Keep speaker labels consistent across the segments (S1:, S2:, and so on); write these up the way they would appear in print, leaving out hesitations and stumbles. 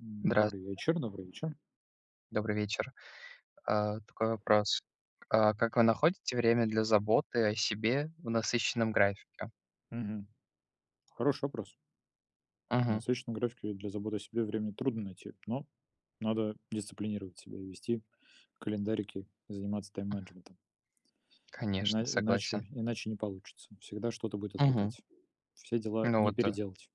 S1: Здравствуйте,
S2: Добрый вечер, добрый вечер.
S1: добрый вечер. Такой вопрос. Как вы находите время для заботы о себе в насыщенном графике?
S2: Мгм. Хороший вопрос. На
S1: Мгм.
S2: насыщенном графике для заботы о себе времени трудно найти, но надо дисциплинировать себя и вести календарики, и заниматься тайм-менеджментом.
S1: Конечно,
S2: Ина- иначе,
S1: согласен.
S2: иначе не получится. Всегда что-то будет
S1: Мгм.
S2: отвлекать. Все дела
S1: Ну
S2: не
S1: вот,
S2: переделать.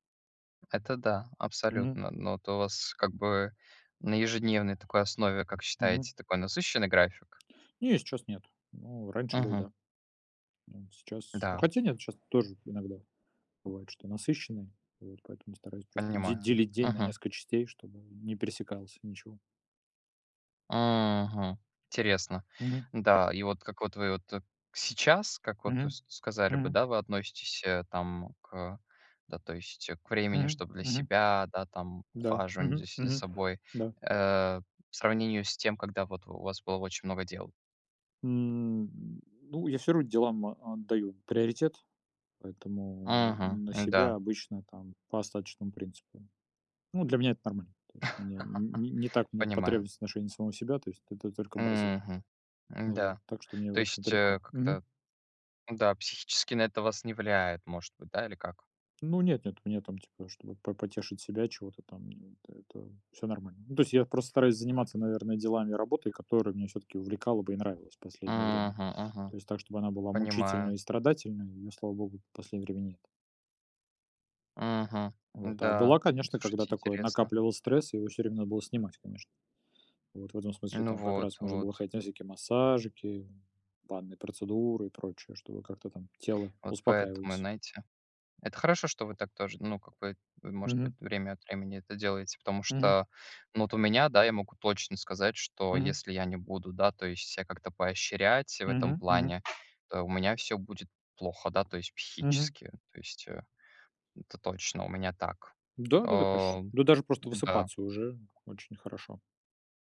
S1: это да,
S2: Мгм.
S1: абсолютно. Но вот у вас как бы на ежедневной такой основе, как
S2: Мгм.
S1: считаете, такой насыщенный график?
S2: Не, сейчас нет. Ну, раньше был,
S1: Мгм.
S2: да. Ну, ну,
S1: Да,
S2: хотя нет, сейчас тоже иногда бывает, что насыщенный. Вот, поэтому стараюсь просто де-
S1: понимаю.
S2: делить день на
S1: Мгм.
S2: несколько частей, чтобы не пересекался ничего.
S1: Мгм. Интересно. Да, и вот как вот вы вот, сейчас, как вот вы
S2: Мгм.
S1: с сказали бы,
S2: Мгм.
S1: да, вы относитесь, там к да, то есть, к времени,
S2: Мгм.
S1: чтобы для
S2: Мгм.
S1: себя, да, там,
S2: Да.
S1: ухаживанию
S2: Мгм.
S1: за
S2: Мгм.
S1: собой,
S2: Да.
S1: э, в сравнении с тем, когда вот у вас было очень много дел.
S2: М, ну, я все равно делам отдаю приоритет, поэтому
S1: Мгм.
S2: на
S1: Да,
S2: себя обычно там по остаточному принципу. Ну, для меня это нормально. То есть у меня н не не так много
S1: понимаю.
S2: потребностей в отношении самого себя, то есть это только базово.
S1: Мгм.
S2: Вот,
S1: Да.
S2: так что мне,
S1: То
S2: в общем-то,
S1: есть,
S2: легко. Мгм.
S1: как-то, да, психически на это вас не влияет, может быть, да, или как?
S2: Ну нет, нет, мне там, типа, чтобы по потешить себя чего-то там, это все нормально. Ну, то есть я просто стараюсь заниматься, наверное, делами и работой, которые меня все таки увлекала бы и нравилось в последнее время.
S1: Мгм, мгм.
S2: То есть так, чтобы она была мучительной
S1: Понимаю.
S2: и страдательной. Ее, слава богу, в последнее время нет.
S1: Мгм.
S2: Вот. А
S1: Да,
S2: была,
S1: ну,
S2: конечно, когда
S1: слушайте,
S2: такое
S1: интересно.
S2: накапливал стресс, и его все время надо было снимать, конечно. Вот в этом смысле
S1: Ну
S2: там как раз
S1: вот,
S2: можно было
S1: вот.
S2: ходить на всякие массажики, банные процедуры и прочее, чтобы как-то там тело
S1: Вот поэтому,
S2: успокаивалось.
S1: знаете. Это хорошо, что вы так тоже, ну, как бы, вы, может быть,
S2: Мгм.
S1: время от времени это делаете, потому
S2: Мгм.
S1: что, ну, вот у меня, да, я могу точно сказать, что
S2: Мгм.
S1: если я не буду, да, то есть себя как-то поощрять в этом
S2: Мгм. Мгм.
S1: плане, то у меня все будет плохо, да, то есть
S2: Мгм.
S1: психически. То есть, это точно у меня так.
S2: Да-да-да,
S1: Э,
S2: конечно. Да даже просто
S1: да.
S2: высыпаться уже очень хорошо.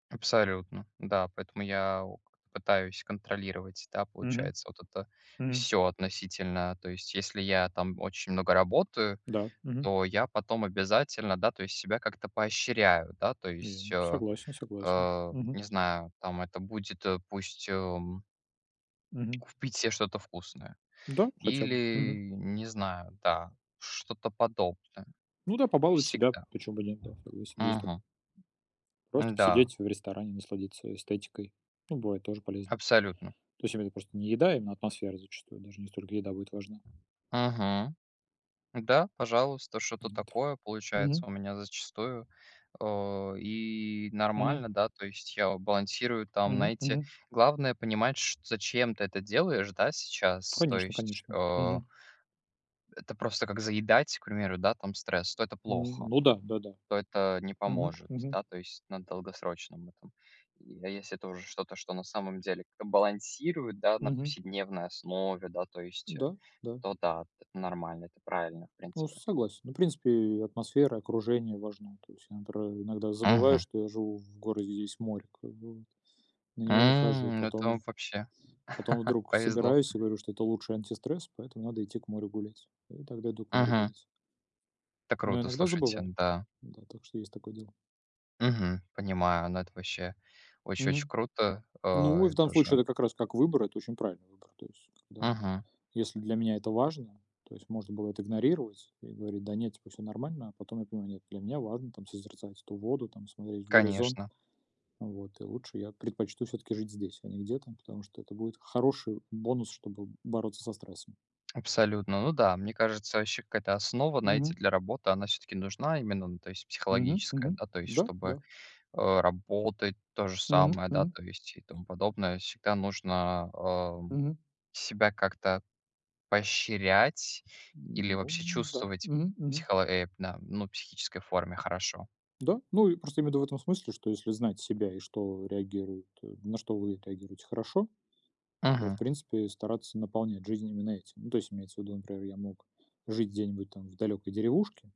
S1: Абсолютно, да. Поэтому я о пытаюсь контролировать, да,
S2: Мгм.
S1: получается, вот это
S2: Мгм.
S1: все относительно. То есть если я там очень много работаю,
S2: Да. Мгм.
S1: то я потом обязательно, да, то есть себя как-то поощряю, да, то
S2: Я
S1: есть,
S2: согласен, согласен. Мгм.
S1: не знаю, там это будет, пусть,
S2: Мгм.
S1: купить себе что-то вкусное
S2: Да, хотя бы. Мгм.
S1: или, не знаю, да, что-то подобное.
S2: Ну да, побаловать себя,
S1: Всегда.
S2: почему бы нет, да, согласен. Есть так.
S1: Мгм.
S2: Просто
S1: Да,
S2: посидеть в ресторане, насладиться эстетикой. Ну, бывает тоже полезно.
S1: абсолютно.
S2: То есть это просто не еда, а именно атмосфера зачастую. Даже не столько еда будет важна.
S1: Мгм. Да, пожалуйста, что-то
S2: Нет.
S1: такое
S2: Мгм.
S1: получается у меня зачастую. И
S2: Мгм.
S1: нормально, да, то есть я балансирую там,
S2: Мгм.
S1: знаете,
S2: Мгм.
S1: главное понимать, зачем ты это делаешь, да, сейчас. То
S2: Конечно,
S1: есть
S2: конечно.
S1: э,
S2: Мгм.
S1: это просто как заедать, к примеру, да, там стресс, то это плохо,
S2: Ну да, да-да.
S1: то это не
S2: Мгм.
S1: поможет,
S2: Мгм.
S1: да, то есть на долгосрочном этом. И, а если это уже что-то, что на самом деле как-то балансирует, да, на
S2: Мгм.
S1: повседневной основе, да, то есть,
S2: Да, да.
S1: то да, это нормально, это правильно, в
S2: Ну,
S1: принципе.
S2: согласен. Ну, в принципе, атмосфера, окружение важно. То есть я, например, иногда забываю,
S1: Мгм.
S2: что я живу в городе, здесь море, как бы, вот. На него не хожу.
S1: Ну это
S2: Потом,
S1: вам вообще
S2: потом вдруг
S1: повезло.
S2: собираюсь и говорю, что это лучший антистресс, поэтому надо идти к морю гулять. И тогда иду к морю
S1: Мгм.
S2: гулять.
S1: Это
S2: Но
S1: круто,
S2: иногда
S1: слушайте,
S2: забываю.
S1: да.
S2: Да, так что есть такое дело.
S1: Мгм, понимаю, ну, это вообще очень-очень
S2: Мгм.
S1: круто,
S2: Ну, и в
S1: и
S2: данном случае
S1: тоже
S2: это как раз как выбор, это очень правильный выбор. То есть, когда,
S1: мгм,
S2: если для меня это важно, то есть можно было это игнорировать и говорить: «Да нет, типа, всё нормально». А потом я понимаю: «Нет, для меня важно там созерцать ту воду, там смотреть в горизонт».
S1: конечно,
S2: Вот, и лучше я предпочту все таки жить здесь, а не где-то, потому что это будет хороший бонус, чтобы бороться со стрессом.
S1: абсолютно. Ну да, мне кажется, вообще какая-то основа,
S2: Мгм.
S1: знаете, для работы, она все таки нужна именно, ну, то есть
S2: Мгм.
S1: психологическая,
S2: Мгм.
S1: да, то есть
S2: Да,
S1: чтобы,
S2: да.
S1: работать, то же
S2: Мгм.
S1: самое, да,
S2: Мгм.
S1: то есть и тому подобное. Всегда нужно,
S2: Мгм.
S1: себя как-то поощрять или
S2: Ну
S1: вообще
S2: да.
S1: чувствовать
S2: Мгм. Мгм.
S1: на, ну, психической форме хорошо.
S2: Да, ну и просто имею в виду в этом смысле, что если знать себя и что реагирует, на что вы реагируете хорошо, то, в
S1: Мгм.
S2: принципе, стараться наполнять жизнь именно этим. Ну, то есть имеется в виду, например, я мог жить где-нибудь там в далекой деревушке,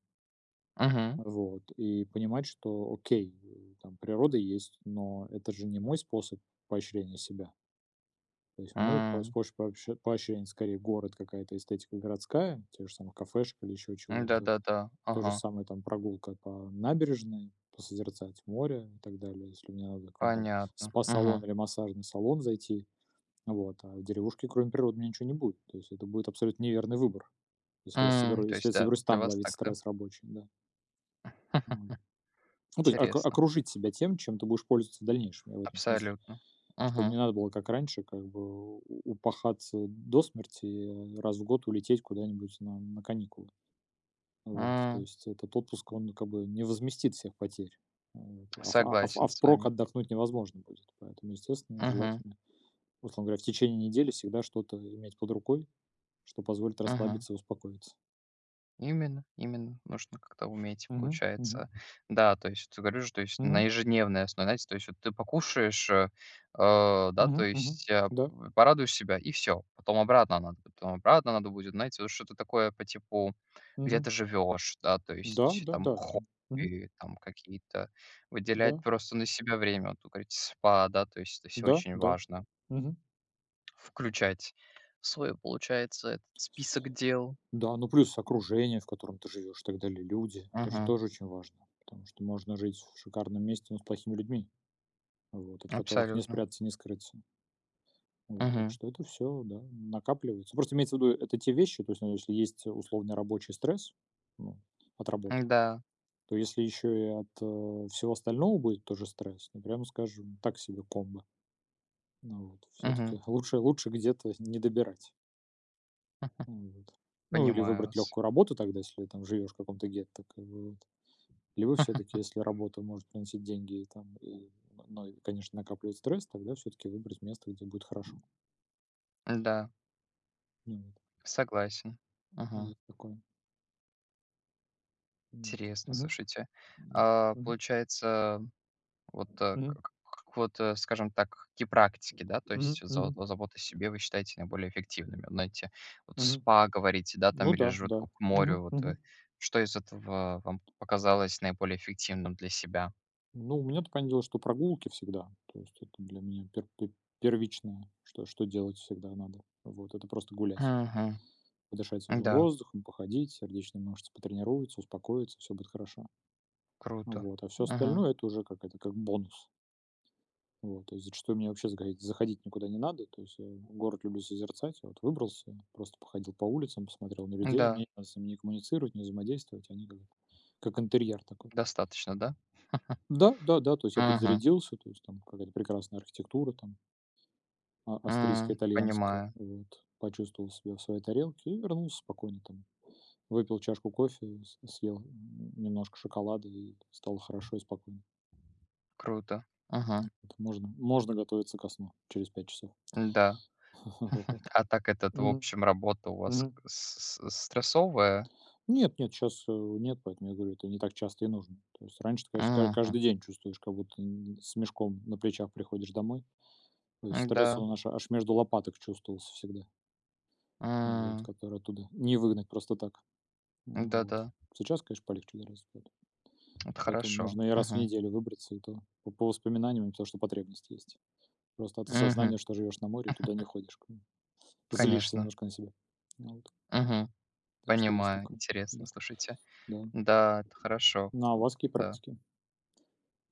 S1: Мгм.
S2: вот, и понимать, что окей, там природа есть, но это же не мой способ поощрения себя. То есть мой
S1: М.
S2: способ поощрения скорее город, какая-то эстетика городская, те же самые кафешки или еще чего-то,
S1: Да-да-да.
S2: то же
S1: Ага.
S2: самое там прогулка по набережной, посозерцать море и так далее. Если мне надо в какой-нибудь там
S1: Понятно. Мгм.
S2: спа-салон или массажный салон зайти, вот, а в деревушке кроме природы у меня ничего не будет. То есть это будет абсолютно неверный выбор, если я
S1: М.
S2: соберу
S1: То
S2: если
S1: есть,
S2: я
S1: да,
S2: соберусь
S1: для
S2: там
S1: вас
S2: ловить
S1: так, да?
S2: стресс рабочий, да. М. Ну, то есть ока
S1: Интересно.
S2: окружить себя тем, чем ты будешь пользоваться в дальнейшем, я в этом смысле.
S1: Абсолютно.
S2: Чтобы не
S1: Мгм.
S2: надо было, как раньше, как бы у упахаться до смерти и раз в год улететь куда-нибудь на каникулы. Вот, то
S1: М.
S2: есть этот отпуск, он как бы не возместит всех потерь. Вот, а в а в а
S1: Согласен с
S2: впрок
S1: вами.
S2: отдохнуть невозможно будет. Поэтому, естественно,
S1: Мгм.
S2: желательно, условно говоря, в течение недели всегда что-то иметь под рукой, что позволит
S1: Мгм.
S2: расслабиться и успокоиться.
S1: Именно, именно. Нужно как-то уметь,
S2: Мгм, мгм,
S1: получается. Да, то есть, вот говорю же, то есть на
S2: мгм,
S1: ежедневной основе, знаете, то есть вот ты покушаешь, да, то
S2: мгм, мгм.
S1: есть
S2: Да,
S1: порадуешь себя, и все. Потом обратно надо будет, знаете, вот что-то такое по типу, где
S2: мгм.
S1: ты живешь, да, то
S2: Да,
S1: есть
S2: да,
S1: там
S2: да, да. Мгм.
S1: хобби, там какие-то,
S2: Да,
S1: выделять просто на себя время, вот, вы говорите, спа, да, то есть это все
S2: да,
S1: очень
S2: да.
S1: важно.
S2: Мгм.
S1: Включать в свой, получается, этот список дел.
S2: Да, ну плюс окружение, в котором ты живешь, и так далее, люди. Это же
S1: Мгм.
S2: тоже очень важно, потому что можно жить в шикарном месте, но с плохими людьми. Вот, от которых не
S1: Абсолютно.
S2: спрятаться, не скрыться. Вот, так
S1: Мгм.
S2: что это все, да, накапливается. Просто имеется в виду, это те вещи, то есть, ну, если есть условный рабочий стресс, ну, от работы,
S1: Да.
S2: то если еще и от всего остального будет тоже стресс, ну, прямо скажем, так себе комбо. Ну, вот,
S1: Мгм.
S2: все-таки лучше, лучше где-то не добирать. Ну, вот. Ну, или
S1: Понимаю
S2: выбрать
S1: вас.
S2: легкую работу тогда, если там живешь в каком-то гетто. Как бы, вот. Либо все-таки, если работа может приносить деньги, и, там, и, ну, и, конечно, накапливать стресс, тогда все-таки выбрать место, где будет хорошо.
S1: Да,
S2: Ну, вот.
S1: согласен. Мгм.
S2: Есть такое. М,
S1: Интересно,
S2: мгм,
S1: слушайте.
S2: м,
S1: А,
S2: мгм,
S1: получается, вот, э,
S2: мгм,
S1: к к к вот, скажем так, какие практики, да, то
S2: мгм,
S1: есть за
S2: мгм,
S1: заботу о себе вы считаете наиболее эффективными? Вот знаете, вот
S2: мгм.
S1: спа, говорите, да,
S2: Ну
S1: там или
S2: да,
S1: же
S2: да.
S1: вот к морю,
S2: Мгм,
S1: вот
S2: мгм.
S1: вы что из этого вам показалось наиболее эффективным для себя?
S2: Ну, у меня понятное дело, что прогулки всегда. То есть это для меня первичное, что делать всегда надо. Вот, это просто гулять,
S1: Мгм.
S2: подышать свежим
S1: Да,
S2: воздухом, походить, сердечные мышцы потренируются, успокоиться, все будет хорошо.
S1: круто.
S2: Вот, а все
S1: Мгм.
S2: остальное- это уже как это, как бонус. Вот, то есть зачастую мне вообще заходить никуда не надо. То есть я город люблю созерцать. Я вот выбрался, просто походил по улицам, посмотрел на людей. Мне
S1: Да,
S2: не надо с ними не коммуницировать, не взаимодействовать. Они как интерьер такой.
S1: достаточно, да?
S2: Да, да, да, то есть я подзарядился, то есть там какая-то прекрасная архитектура, там австрийская, итальянская,
S1: Понимаю.
S2: вот, почувствовал себя в своей тарелке и вернулся спокойно там. Выпил чашку кофе, съел немножко шоколада и стало хорошо и спокойно.
S1: Круто. Ага,
S2: Вот можно готовиться ко сну через 5 часов.
S1: да.
S2: Вот.
S1: А так этот, в
S2: Мгм.
S1: общем, работа у вас
S2: Мгм.
S1: к с стрессовая?
S2: Нет, нет, сейчас нет, поэтому я говорю, это не так часто и нужно. То есть раньше ты, конечно, ка
S1: Мгм.
S2: каждый день чувствуешь, как будто н с мешком на плечах приходишь домой. То есть
S1: М-да.
S2: стресс он аж между лопаток чувствовался всегда, вот, который оттуда не выгнать просто так.
S1: Да-да.
S2: Вот. Сейчас, конечно, полегче гораздо стало.
S1: Это
S2: Поэтому
S1: хорошо.
S2: можно и раз в
S1: Мгм.
S2: неделю выбраться, и то по воспоминаниям, потому что потребность есть. Просто от
S1: Мгм.
S2: осознания, что живешь на море и туда не ходишь, как бы. Злишься
S1: Конечно.
S2: немножко на себя. Ну вот.
S1: Мгм.
S2: Так что есть
S1: Понимаю.
S2: такое. Да,
S1: Интересно, слушайте.
S2: да.
S1: Да, это хорошо.
S2: Ну, а у
S1: Ку
S2: вас какие
S1: да.
S2: практики?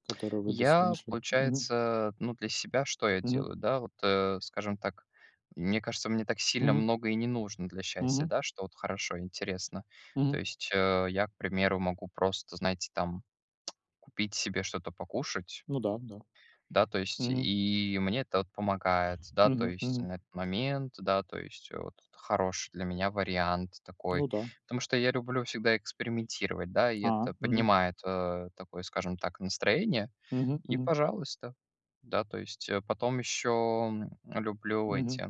S2: Которые вы для себя
S1: Я,
S2: нашли. Мгм.
S1: получается, ну, для себя что я
S2: Мгм.
S1: делаю, да, вот, скажем так, мне кажется, мне так сильно
S2: Мгм.
S1: много и не нужно для счастья,
S2: Мгм.
S1: да, что вот хорошо, интересно. То
S2: Мгм.
S1: есть э, я, к примеру, могу просто, знаете, там купить себе что-то покушать,
S2: Ну да, да.
S1: да, то есть
S2: Мгм.
S1: и мне это вот помогает, да, то
S2: Мгм.
S1: есть
S2: Мгм.
S1: на этот момент, да, то есть вот хороший для меня вариант
S2: Ну
S1: такой,
S2: да.
S1: потому что я люблю всегда экспериментировать, да, и
S2: А.
S1: это
S2: Мгм.
S1: поднимает такое, скажем так, настроение,
S2: Мгм.
S1: и
S2: Мгм.
S1: пожалуйста, да, то есть потом еще люблю
S2: Мгм.
S1: эти,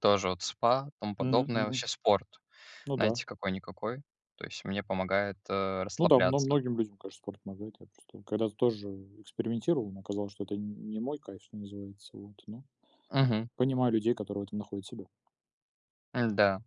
S1: тоже вот спа, тому
S2: Мгм.
S1: подобное,
S2: Мгм.
S1: вообще спорт,
S2: Ну да.
S1: знаете, какой-никакой, то есть мне помогает
S2: Ну да, мно
S1: расслабляться.
S2: многим людям, конечно, спорт помогает. Я просто когда-то тоже экспериментировал, но оказалось, что это не мой кайф, что называется. Вот, но
S1: Угу,
S2: понимаю людей, которые в этом находят себя.
S1: да.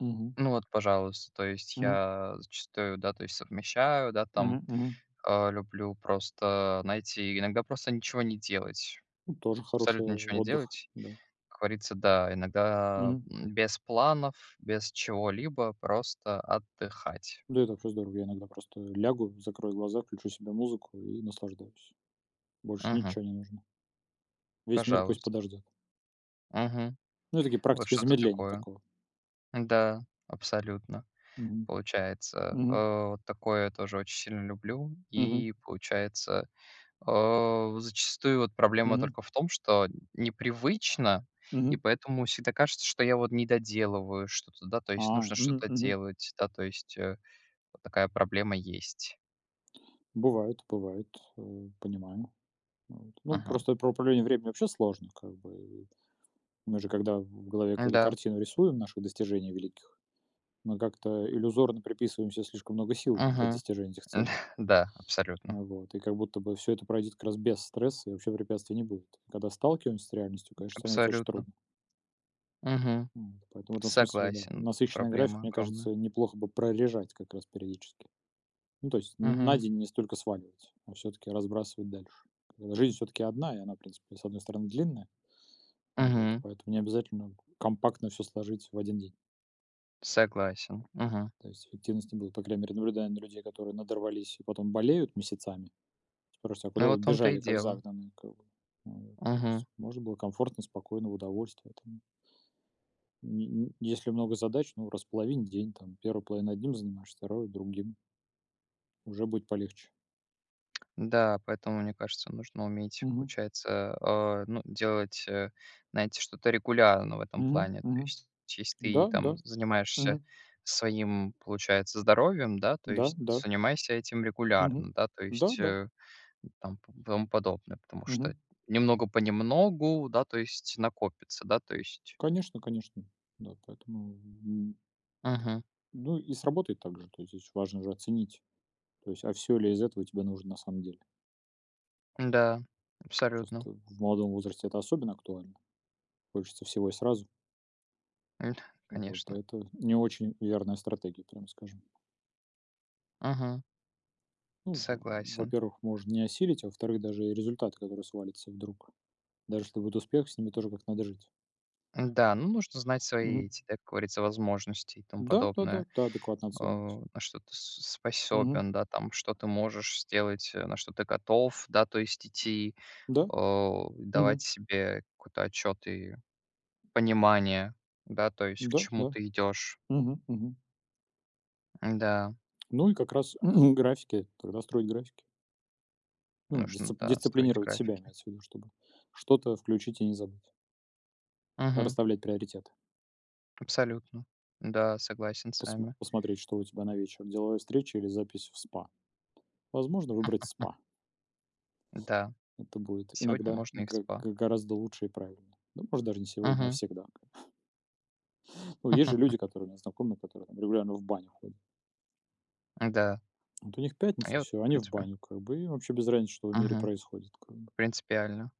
S2: Мгм.
S1: Ну вот, пожалуйста, то есть
S2: Мгм.
S1: я зачастую, да, то есть совмещаю, да, там,
S2: Мгм. Мгм.
S1: а, люблю просто, знаете, иногда просто ничего не делать,
S2: Ну, тоже хороший
S1: абсолютно ничего не
S2: отдых,
S1: делать.
S2: да.
S1: Как говорится, да, иногда,
S2: Мгм.
S1: м, без планов, без чего-либо, просто отдыхать.
S2: Да, это вообще здорово. Я иногда просто лягу, закрою глаза, включу себе музыку и наслаждаюсь. Больше
S1: Мгм.
S2: ничего не нужно. Весь мир пусть
S1: Пожалуйста.
S2: подождет.
S1: Мгм.
S2: Ну, и такие
S1: Вот
S2: практики
S1: что-то
S2: замедления
S1: такое.
S2: такого.
S1: Да, абсолютно.
S2: Мгм.
S1: Получается,
S2: Мгм.
S1: вот такое я тоже очень сильно люблю.
S2: Мгм.
S1: И получается зачастую вот проблема
S2: Мгм.
S1: только в том, что непривычно, и
S2: Мгм.
S1: поэтому всегда кажется, что я вот не доделываю что-то, да, то
S2: А,
S1: есть нужно
S2: мгм.
S1: что-то
S2: Мгм.
S1: делать, да, то есть, вот такая проблема есть.
S2: Бывает, бывает, понимаю. Вот. Ну,
S1: Ага.
S2: просто про управление временем вообще сложно, как бы. Мы же, когда в голове какую-то
S1: Да.
S2: картину рисуем наших достижений великих, мы как-то иллюзорно приписываем себе слишком много сил для
S1: Мгм.
S2: достижения этих целей.
S1: Да,
S2: А,
S1: абсолютно.
S2: вот. И как будто бы все это пройдет как раз без стресса, и вообще препятствий не будет. Когда сталкиваемся с реальностью, конечно, становится очень
S1: Абсолютно.
S2: трудно.
S1: Мгм.
S2: Поэтому в этом смысле, да,
S1: Согласен.
S2: насыщенный график,
S1: Проблема
S2: мне
S1: огромная.
S2: кажется, неплохо бы прорежать как раз периодически. Ну, то есть на
S1: Мгм.
S2: день не столько сваливать, а все-таки разбрасывать дальше. Когда жизнь все-таки одна, и она, в принципе, с одной стороны, длинная, ну вот,
S1: Мгм.
S2: поэтому не обязательно компактно все сложить в один день.
S1: Согласен. Мгм.
S2: То есть эффективность не будет, по крайней мере, наблюдая на людей, которые надорвались и потом болеют месяцами. Спрашивают, а куда
S1: Ну,
S2: вы
S1: вот в том-то и
S2: бежали, как
S1: дело.
S2: загнанные? Как бы? Ну, вот, то
S1: Мгм.
S2: есть можно было комфортно, спокойно, в удовольствие, там. Н если много задач, ну, располовинь день, там, первую половину одним занимаешься, вторую другим. Уже будет полегче.
S1: Да, поэтому, мне кажется, нужно уметь,
S2: Мгм.
S1: получается, а, ну, делать, знаете, что-то регулярно в этом
S2: Мгм.
S1: плане. То
S2: Мгм.
S1: есть, если ты
S2: Да,
S1: там
S2: да.
S1: занимаешься
S2: Мгм.
S1: своим, получается, здоровьем, да, то
S2: Да,
S1: есть
S2: да.
S1: занимайся этим
S2: Мгм.
S1: регулярно, да, то
S2: Да,
S1: есть
S2: да.
S1: тому подобное, потому что
S2: Мгм.
S1: немного понемногу, да, то есть накопится, да, то есть.
S2: Конечно, конечно. Да, поэтому,
S1: Мгм.
S2: ну, и сработает работой так же. То есть здесь важно же оценить, то есть, а все ли из этого тебе нужно на самом деле.
S1: Да, абсолютно.
S2: Просто в молодом возрасте это особенно актуально. Хочется всего и сразу.
S1: М,
S2: Вот, а
S1: Конечно.
S2: это не очень верная стратегия, прямо скажем.
S1: Мгм.
S2: Ну, в
S1: Согласен.
S2: во-первых, может не осилить, а во-вторых, даже и результаты, которые свалятся вдруг. Даже если будет успех, с ними тоже как надо жить.
S1: Да, ну, нужно знать свои
S2: Мгм.
S1: эти, да, как говорится, возможности и тому
S2: Да, да-да, да,
S1: подобное.
S2: да, адекватно
S1: Э,
S2: оценивать.
S1: на что ты с
S2: Мгм.
S1: способен, да, там, что ты можешь сделать, на что ты готов, да, то есть идти,
S2: Да,
S1: давать
S2: мгм.
S1: себе какой-то отчет и понимание, да, то есть к
S2: Да,
S1: чему
S2: да.
S1: ты идешь.
S2: Мгм, мгм.
S1: Да,
S2: Ну и как раз графики, тогда строить графики. Ну,
S1: нужно,
S2: дисцип
S1: да, строить
S2: дисциплинировать себя,
S1: графики.
S2: имеется в виду, чтобы что-то включить и не забыть.
S1: Мгм.
S2: Расставлять приоритеты.
S1: Абсолютно. Да, согласен с
S2: Посмо
S1: вами.
S2: посмотреть, что у тебя на вечер: деловая встреча или запись в СПА. Возможно, выбрать СПА.
S1: Да,
S2: Это будет
S1: сегодня
S2: иногда
S1: можно и в
S2: г
S1: спа.
S2: г гораздо лучше и правильнее. Ну, может, даже не сегодня, а
S1: Мгм.
S2: всегда. Ну, есть же люди, которые у меня знакомые, которые там регулярно в баню ходят.
S1: Да,
S2: Вот у них пятница,
S1: я вот,
S2: все,
S1: в
S2: они в
S1: принципе,
S2: баню как бы, и вообще без разницы, что в мире
S1: мгм,
S2: происходит как бы.
S1: принципиально.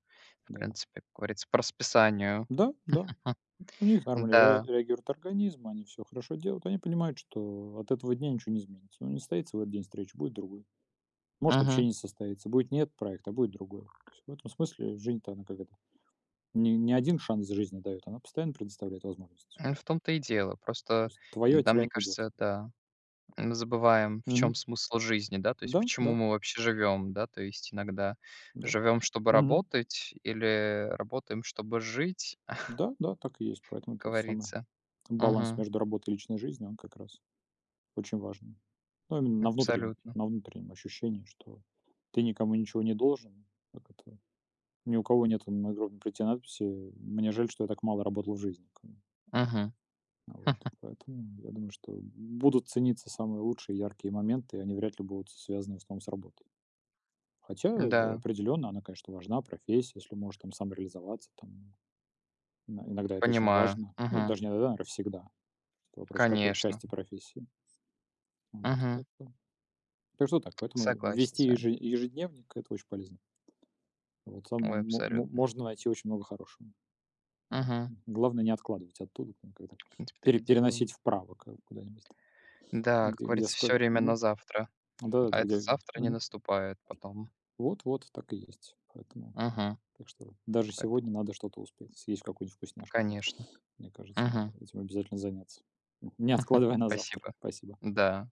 S1: В
S2: Да.
S1: принципе, как говорится, по расписанию.
S2: Да, да. У них нормально ре
S1: Да.
S2: реагирует организм, они все хорошо делают. Они понимают, что от этого дня ничего не изменится. Ну, не состоится в этот день встречи, будет другой. Может, вообще
S1: Мгм.
S2: не состоится. Будет не этот проект, а будет другой. То есть в этом смысле жизнь-то она как это, не один шанс жизни дает, она постоянно предоставляет возможности.
S1: Ну, в том-то и дело.
S2: То
S1: Просто,
S2: есть твое
S1: да,
S2: тебя
S1: мне
S2: не уйдет.
S1: кажется, да, мы забываем, в
S2: Мгм.
S1: чем смысл жизни, да, то есть
S2: Да, да,
S1: почему мы вообще живем да, то есть иногда
S2: да.
S1: живем чтобы
S2: Мгм.
S1: работать, или работаем, чтобы жить, как
S2: Да, да, так и есть. Поэтому тот самый
S1: говорится.
S2: баланс
S1: Мгм.
S2: между работой и личной жизнью, он как раз очень важен. Ну, именно
S1: Абсолютно.
S2: на внутреннем ощущении, что ты никому ничего не должен. Как это? Ни у кого нет на гробе прийти надписи «Мне жаль, что я так мало работал в жизни». Как бы.
S1: Мгм.
S2: А вот. Поэтому я думаю, что будут цениться самые лучшие яркие моменты, и они вряд ли будут связаны в основном с работой. Хотя
S1: Да,
S2: определенно она, конечно, важна, профессия, если можешь там сам реализоваться, там иногда это очень
S1: понимаю.
S2: важно. Ну,
S1: Мгм.
S2: даже не иногда, наверное, всегда. Вопрос, в какой
S1: Конечно.
S2: части профессии. Вот, так
S1: Мгм.
S2: что, так что так, поэтому
S1: Согласен
S2: вести
S1: с вами.
S2: ежедневник– это очень полезно. Вот
S1: Ой,
S2: там мо- мо-
S1: абсолютно.
S2: можно найти очень много хорошего. Вот.
S1: Мгм.
S2: Главное не откладывать оттуда, там как-то
S1: В принципе, так
S2: пере-
S1: и делаю.
S2: переносить вправо куда-нибудь,
S1: Да,
S2: там,
S1: как
S2: где
S1: говорится, все
S2: сколько.
S1: время на завтра. А
S2: Да-да-да,
S1: это
S2: где.
S1: завтра не
S2: Мгм.
S1: наступает потом.
S2: Вот-вот, так и есть. Поэтому,
S1: Мгм.
S2: так что даже
S1: Поэтому,
S2: сегодня надо что-то успеть, съесть какую-нибудь вкусняшку.
S1: конечно.
S2: Мне кажется, надо
S1: Мгм.
S2: этим обязательно заняться. Не откладывая на завтра.
S1: Спасибо.
S2: Спасибо.
S1: Да.